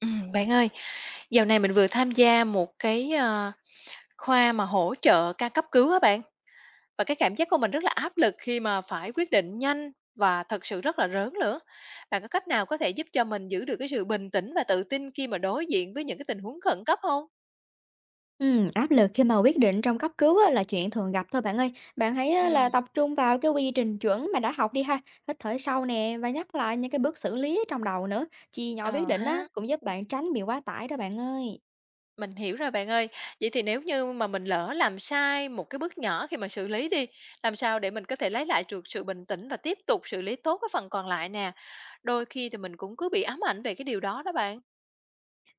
Bạn ơi, dạo này mình vừa tham gia một cái, khoa mà hỗ trợ ca cấp cứu á bạn, và cái cảm giác của mình rất là áp lực khi mà phải quyết định nhanh và thật sự rất là rớn nữa. Bạn có cách nào có thể giúp cho mình giữ được cái sự bình tĩnh và tự tin khi mà đối diện với những cái tình huống khẩn cấp không? Áp lực khi mà quyết định trong cấp cứu á, là chuyện thường gặp thôi bạn ơi. Bạn hãy Ừ. á, là tập trung vào cái quy trình chuẩn mà đã học đi ha, hít thở sâu nè và nhắc lại những cái bước xử lý trong đầu nữa. Chia nhỏ quyết Ờ định á, ha. cũng giúp bạn tránh bị quá tải đó bạn ơi. Mình hiểu rồi bạn ơi. Vậy thì nếu như mà mình lỡ làm sai một cái bước nhỏ khi mà xử lý đi, làm sao để mình có thể lấy lại được sự bình tĩnh và tiếp tục xử lý tốt cái phần còn lại nè? Đôi khi thì mình cũng cứ bị ám ảnh về cái điều đó đó bạn.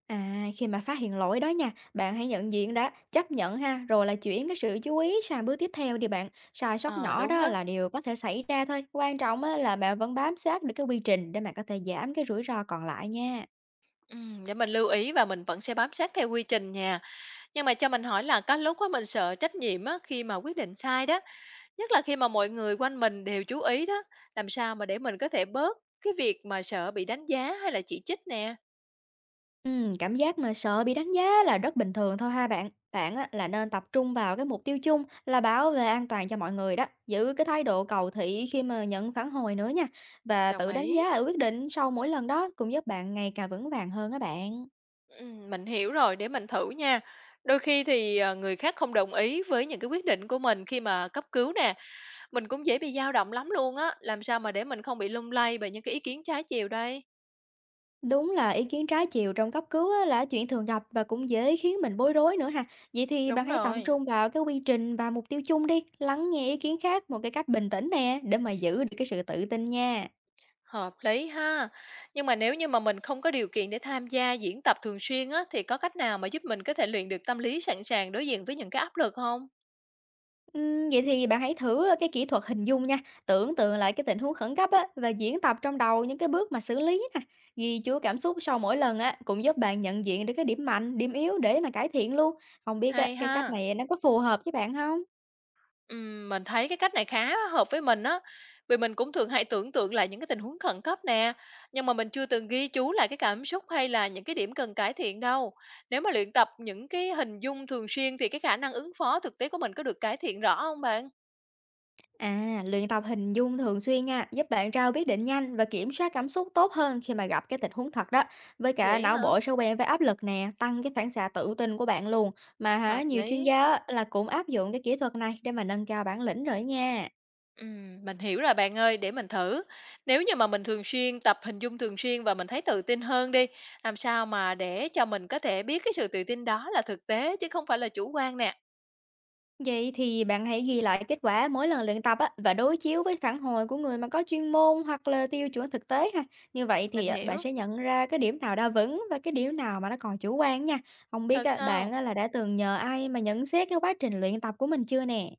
À, khi mà phát hiện lỗi đó nha, bạn hãy nhận diện đã, chấp nhận ha, rồi là chuyển cái sự chú ý sang bước tiếp theo đi bạn. Sai sót Ờ, nhỏ đúng đó đó. là điều có thể xảy ra thôi. Quan trọng á, là bạn vẫn bám sát được cái quy trình để mà có thể giảm cái rủi ro còn lại nha. Để mình lưu ý và mình vẫn sẽ bám sát theo quy trình nha. Nhưng mà cho mình hỏi là có lúc á mình sợ trách nhiệm á khi mà quyết định sai đó, nhất là khi mà mọi người quanh mình đều chú ý đó, làm sao mà để mình có thể bớt cái việc mà sợ bị đánh giá hay là chỉ trích nè. Cảm giác mà sợ bị đánh giá là rất bình thường thôi ha bạn. Bạn á, là nên tập trung vào cái mục tiêu chung là bảo vệ an toàn cho mọi người đó. Giữ cái thái độ cầu thị khi mà nhận phản hồi nữa nha. Và Đồng tự đánh ý. giá ở quyết định sau mỗi lần đó cũng giúp bạn ngày càng vững vàng hơn á bạn. Mình hiểu rồi, để mình thử nha. Đôi khi thì, người khác không đồng ý với những cái quyết định của mình khi mà cấp cứu nè, mình cũng dễ bị dao động lắm luôn á, làm sao mà để mình không bị lung lay bởi những cái ý kiến trái chiều đây? Đúng là ý kiến trái chiều trong cấp cứu á, là chuyện thường gặp và cũng dễ khiến mình bối rối nữa ha. Vậy thì bạn Đúng hãy tập rồi, trung vào cái quy trình và mục tiêu chung đi. Lắng nghe ý kiến khác một cái cách bình tĩnh nè để mà giữ được cái sự tự tin nha. hợp lý ha. Nhưng mà nếu như mà mình không có điều kiện để tham gia diễn tập thường xuyên á, thì có cách nào mà giúp mình có thể luyện được tâm lý sẵn sàng đối diện với những cái áp lực không? Vậy thì bạn hãy thử, cái kỹ thuật hình dung nha, tưởng tượng lại cái tình huống khẩn cấp á và diễn tập trong đầu những cái bước mà xử lý nè. Ghi chú cảm xúc sau mỗi lần á, cũng giúp bạn nhận diện được cái điểm mạnh, điểm yếu để mà cải thiện luôn. Không biết á, Hay cái cách ha. này nó có phù hợp với bạn không? Mình thấy cái cách này khá hợp với mình á, vì mình cũng thường hay tưởng tượng lại những cái tình huống khẩn cấp nè, nhưng mà mình chưa từng ghi chú lại cái cảm xúc hay là những cái điểm cần cải thiện đâu. Nếu mà luyện tập những cái hình dung thường xuyên thì cái khả năng ứng phó thực tế của mình có được cải thiện rõ không bạn? À, luyện tập hình dung thường xuyên nha, giúp bạn ra quyết định nhanh và kiểm soát cảm xúc tốt hơn khi mà gặp cái tình huống thật đó. Với cả Vậy não hả? bộ sẽ quen với áp lực nè, tăng cái phản xạ tự tin của bạn luôn. Mà hả, Hợp nhiều chuyên lý. gia á là cũng áp dụng cái kỹ thuật này để mà nâng cao bản lĩnh rồi nha. Mình hiểu rồi bạn ơi, để mình thử. Nếu như mà mình thường xuyên tập hình dung thường xuyên và mình thấy tự tin hơn đi, làm sao mà để cho mình có thể biết cái sự tự tin đó là thực tế chứ không phải là chủ quan nè. Vậy thì bạn hãy ghi lại kết quả mỗi lần luyện tập á, và đối chiếu với phản hồi của người mà có chuyên môn hoặc là tiêu chuẩn thực tế ha. Như vậy thì Mình à, bạn hiểu. sẽ nhận ra cái điểm nào đã vững và cái điểm nào mà nó còn chủ quan nha. Không biết Thật á, bạn sao? á, là đã từng nhờ ai mà nhận xét cái quá trình luyện tập của mình chưa nè?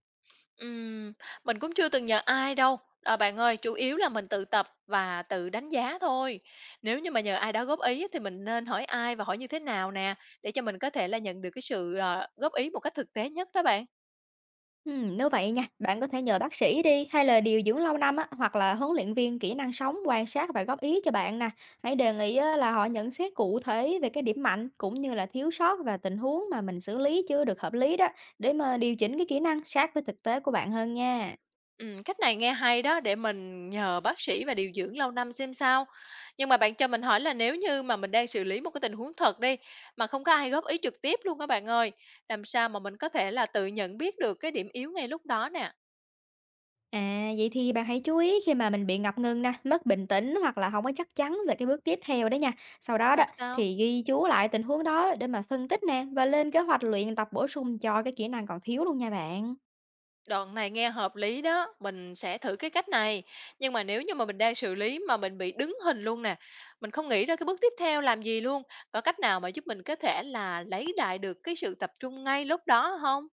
Ừm, mình cũng chưa từng nhờ ai đâu, bạn ơi, chủ yếu là mình tự tập và tự đánh giá thôi. Nếu như mà nhờ ai đó góp ý á thì mình nên hỏi ai và hỏi như thế nào nè, để cho mình có thể là nhận được cái sự, góp ý một cách thực tế nhất đó bạn. Nếu vậy nha, bạn có thể nhờ bác sĩ đi hay là điều dưỡng lâu năm á, hoặc là huấn luyện viên kỹ năng sống quan sát và góp ý cho bạn nè. Hãy đề nghị á, là họ nhận xét cụ thể về cái điểm mạnh cũng như là thiếu sót và tình huống mà mình xử lý chưa được hợp lý đó để mà điều chỉnh cái kỹ năng sát với thực tế của bạn hơn nha. Cách này nghe hay đó, để mình nhờ bác sĩ và điều dưỡng lâu năm xem sao. Nhưng mà bạn cho mình hỏi là nếu như mà mình đang xử lý một cái tình huống thật đi, mà không có ai góp ý trực tiếp luôn các bạn ơi, làm sao mà mình có thể là tự nhận biết được cái điểm yếu ngay lúc đó nè? À, vậy thì bạn hãy chú ý khi mà mình bị ngập ngừng nè, mất bình tĩnh hoặc là không có chắc chắn về cái bước tiếp theo đó nha. Sau đó đó Thật sao? thì ghi chú lại tình huống đó để mà phân tích nè và lên kế hoạch luyện tập bổ sung cho cái kỹ năng còn thiếu luôn nha bạn. Đoạn này nghe hợp lý đó, mình sẽ thử cái cách này. Nhưng mà nếu như mà mình đang xử lý mà mình bị đứng hình luôn nè, mình không nghĩ ra cái bước tiếp theo làm gì luôn. Có cách nào mà giúp mình có thể là lấy lại được cái sự tập trung ngay lúc đó không?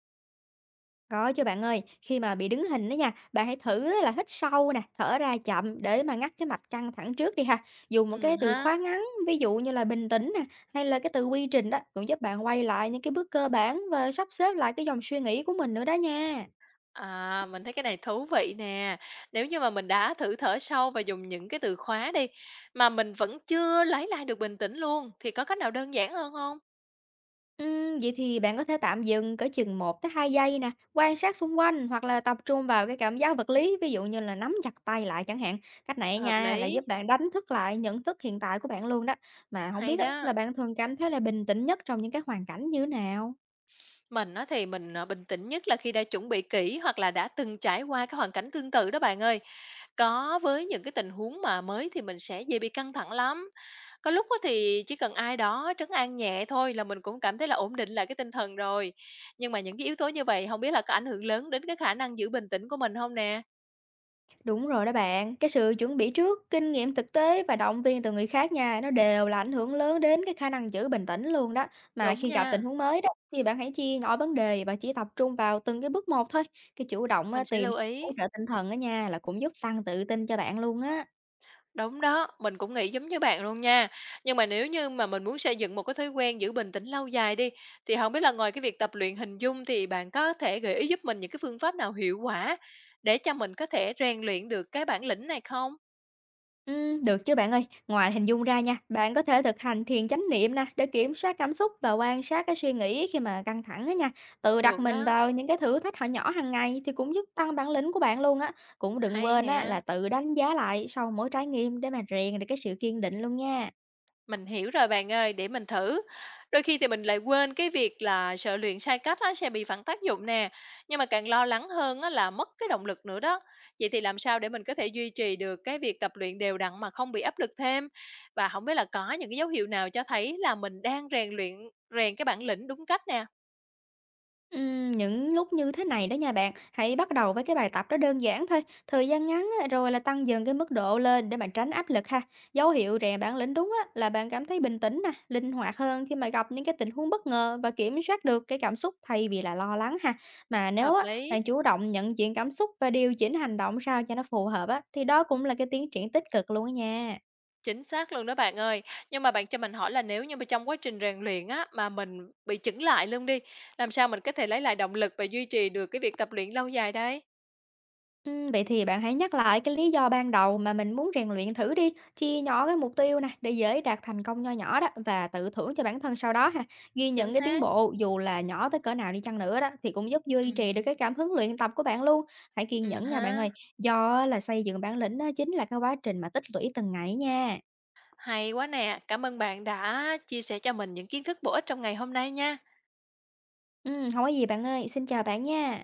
Có chứ bạn ơi, khi mà bị đứng hình đó nha, bạn hãy thử á là hít sâu nè, thở ra chậm để mà ngắt cái mạch căng thẳng trước đi ha. Dùng một Ừ cái từ ha. khóa ngắn, ví dụ như là bình tĩnh nè, hay là cái từ quy trình đó cũng giúp bạn quay lại những cái bước cơ bản và sắp xếp lại cái dòng suy nghĩ của mình nữa đó nha. À, mình thấy cái này thú vị nè. Nếu như mà mình đã thử thở sâu và dùng những cái từ khóa đi mà mình vẫn chưa lấy lại được bình tĩnh luôn thì có cách nào đơn giản hơn không? Vậy thì bạn có thể tạm dừng cỡ chừng một tới hai giây nè, quan sát xung quanh hoặc là tập trung vào cái cảm giác vật lý, ví dụ như là nắm chặt tay lại chẳng hạn. Cách này Hợp nha là lý, giúp bạn đánh thức lại nhận thức hiện tại của bạn luôn đó. Mà không hay biết á, đó. là bạn thường cảm thấy là bình tĩnh nhất trong những cái hoàn cảnh như thế nào? Mình á thì mình, bình tĩnh nhất là khi đã chuẩn bị kỹ hoặc là đã từng trải qua cái hoàn cảnh tương tự đó bạn ơi. Có với những cái tình huống mà mới thì mình sẽ dễ bị căng thẳng lắm. Có lúc á thì chỉ cần ai đó trấn an nhẹ thôi là mình cũng cảm thấy là ổn định lại cái tinh thần rồi. Nhưng mà những cái yếu tố như vậy không biết là có ảnh hưởng lớn đến cái khả năng giữ bình tĩnh của mình không nè? Đúng rồi đó bạn, cái sự chuẩn bị trước, kinh nghiệm thực tế và động viên từ người khác nha, nó đều là ảnh hưởng lớn đến cái khả năng giữ bình tĩnh luôn đó. Mà Đúng khi gặp tình nha, huống mới đó, thì bạn hãy chia nhỏ vấn đề và chỉ tập trung vào từng cái bước một thôi. Cái chủ động á, mình sẽ tìm lưu ý. hỗ trợ tinh thần ở nha, là cũng giúp tăng tự tin cho bạn luôn á. Đúng đó, mình cũng nghĩ giống như bạn luôn nha. Nhưng mà nếu như mà mình muốn xây dựng một cái thói quen giữ bình tĩnh lâu dài đi, thì không biết là ngoài cái việc tập luyện hình dung thì bạn có thể gợi ý giúp mình những cái phương pháp nào hiệu quả để cho mình có thể rèn luyện được cái bản lĩnh này không? Được chứ bạn ơi. Ngoài hình dung ra nha, bạn có thể thực hành thiền chánh niệm nè để kiểm soát cảm xúc và quan sát cái suy nghĩ khi mà căng thẳng á nha. Tự đặt Được mình đó, vào những cái thử thách họ nhỏ hàng ngày thì cũng giúp tăng bản lĩnh của bạn luôn á. Cũng đừng hay quên á là nè. tự đánh giá lại sau mỗi trải nghiệm để mà rèn được cái sự kiên định luôn nha. Mình hiểu rồi bạn ơi, để mình thử. Đôi khi thì mình lại quên cái việc là sợ luyện sai cách á, sẽ bị phản tác dụng nè. Nhưng mà càng lo lắng hơn á, là mất cái động lực nữa đó. Vậy thì làm sao để mình có thể duy trì được cái việc tập luyện đều đặn mà không bị áp lực thêm? Và không biết là có những cái dấu hiệu nào cho thấy là mình đang rèn cái bản lĩnh đúng cách nè. Những lúc như thế này đó nha bạn, hãy bắt đầu với cái bài tập đó đơn giản thôi, thời gian ngắn á, rồi là tăng dần cái mức độ lên để bạn tránh áp lực ha. Dấu hiệu rèn bản lĩnh đúng á, là bạn cảm thấy bình tĩnh nè, linh hoạt hơn khi mà gặp những cái tình huống bất ngờ và kiểm soát được cái cảm xúc thay vì là lo lắng ha. Mà nếu Hợp á, lý. bạn chủ động nhận diện cảm xúc và điều chỉnh hành động sao cho nó phù hợp á, thì đó cũng là cái tiến triển tích cực luôn á nha. Chính xác luôn đó bạn ơi. Nhưng mà bạn cho mình hỏi là nếu như mà trong quá trình rèn luyện á, mà mình bị chững lại luôn đi, làm sao mình có thể lấy lại động lực và duy trì được cái việc tập luyện lâu dài đây? Vậy thì bạn hãy nhắc lại cái lý do ban đầu mà mình muốn rèn luyện thử đi, chia nhỏ cái mục tiêu nè để dễ đạt thành công nho nhỏ đó và tự thưởng cho bản thân sau đó ha. Ghi Chính nhận cái tiến xác. bộ dù là nhỏ tới cỡ nào đi chăng nữa đó thì cũng giúp duy trì được Ừm, cái cảm hứng luyện tập của bạn luôn. Hãy kiên nhẫn nha bạn ha. ơi, do á là xây dựng bản lĩnh á chính là cái quá trình mà tích lũy từng ngày nha. Hay quá nè. Cảm ơn bạn đã chia sẻ cho mình những kiến thức bổ ích trong ngày hôm nay nha. Không có gì bạn ơi, xin chào bạn nha.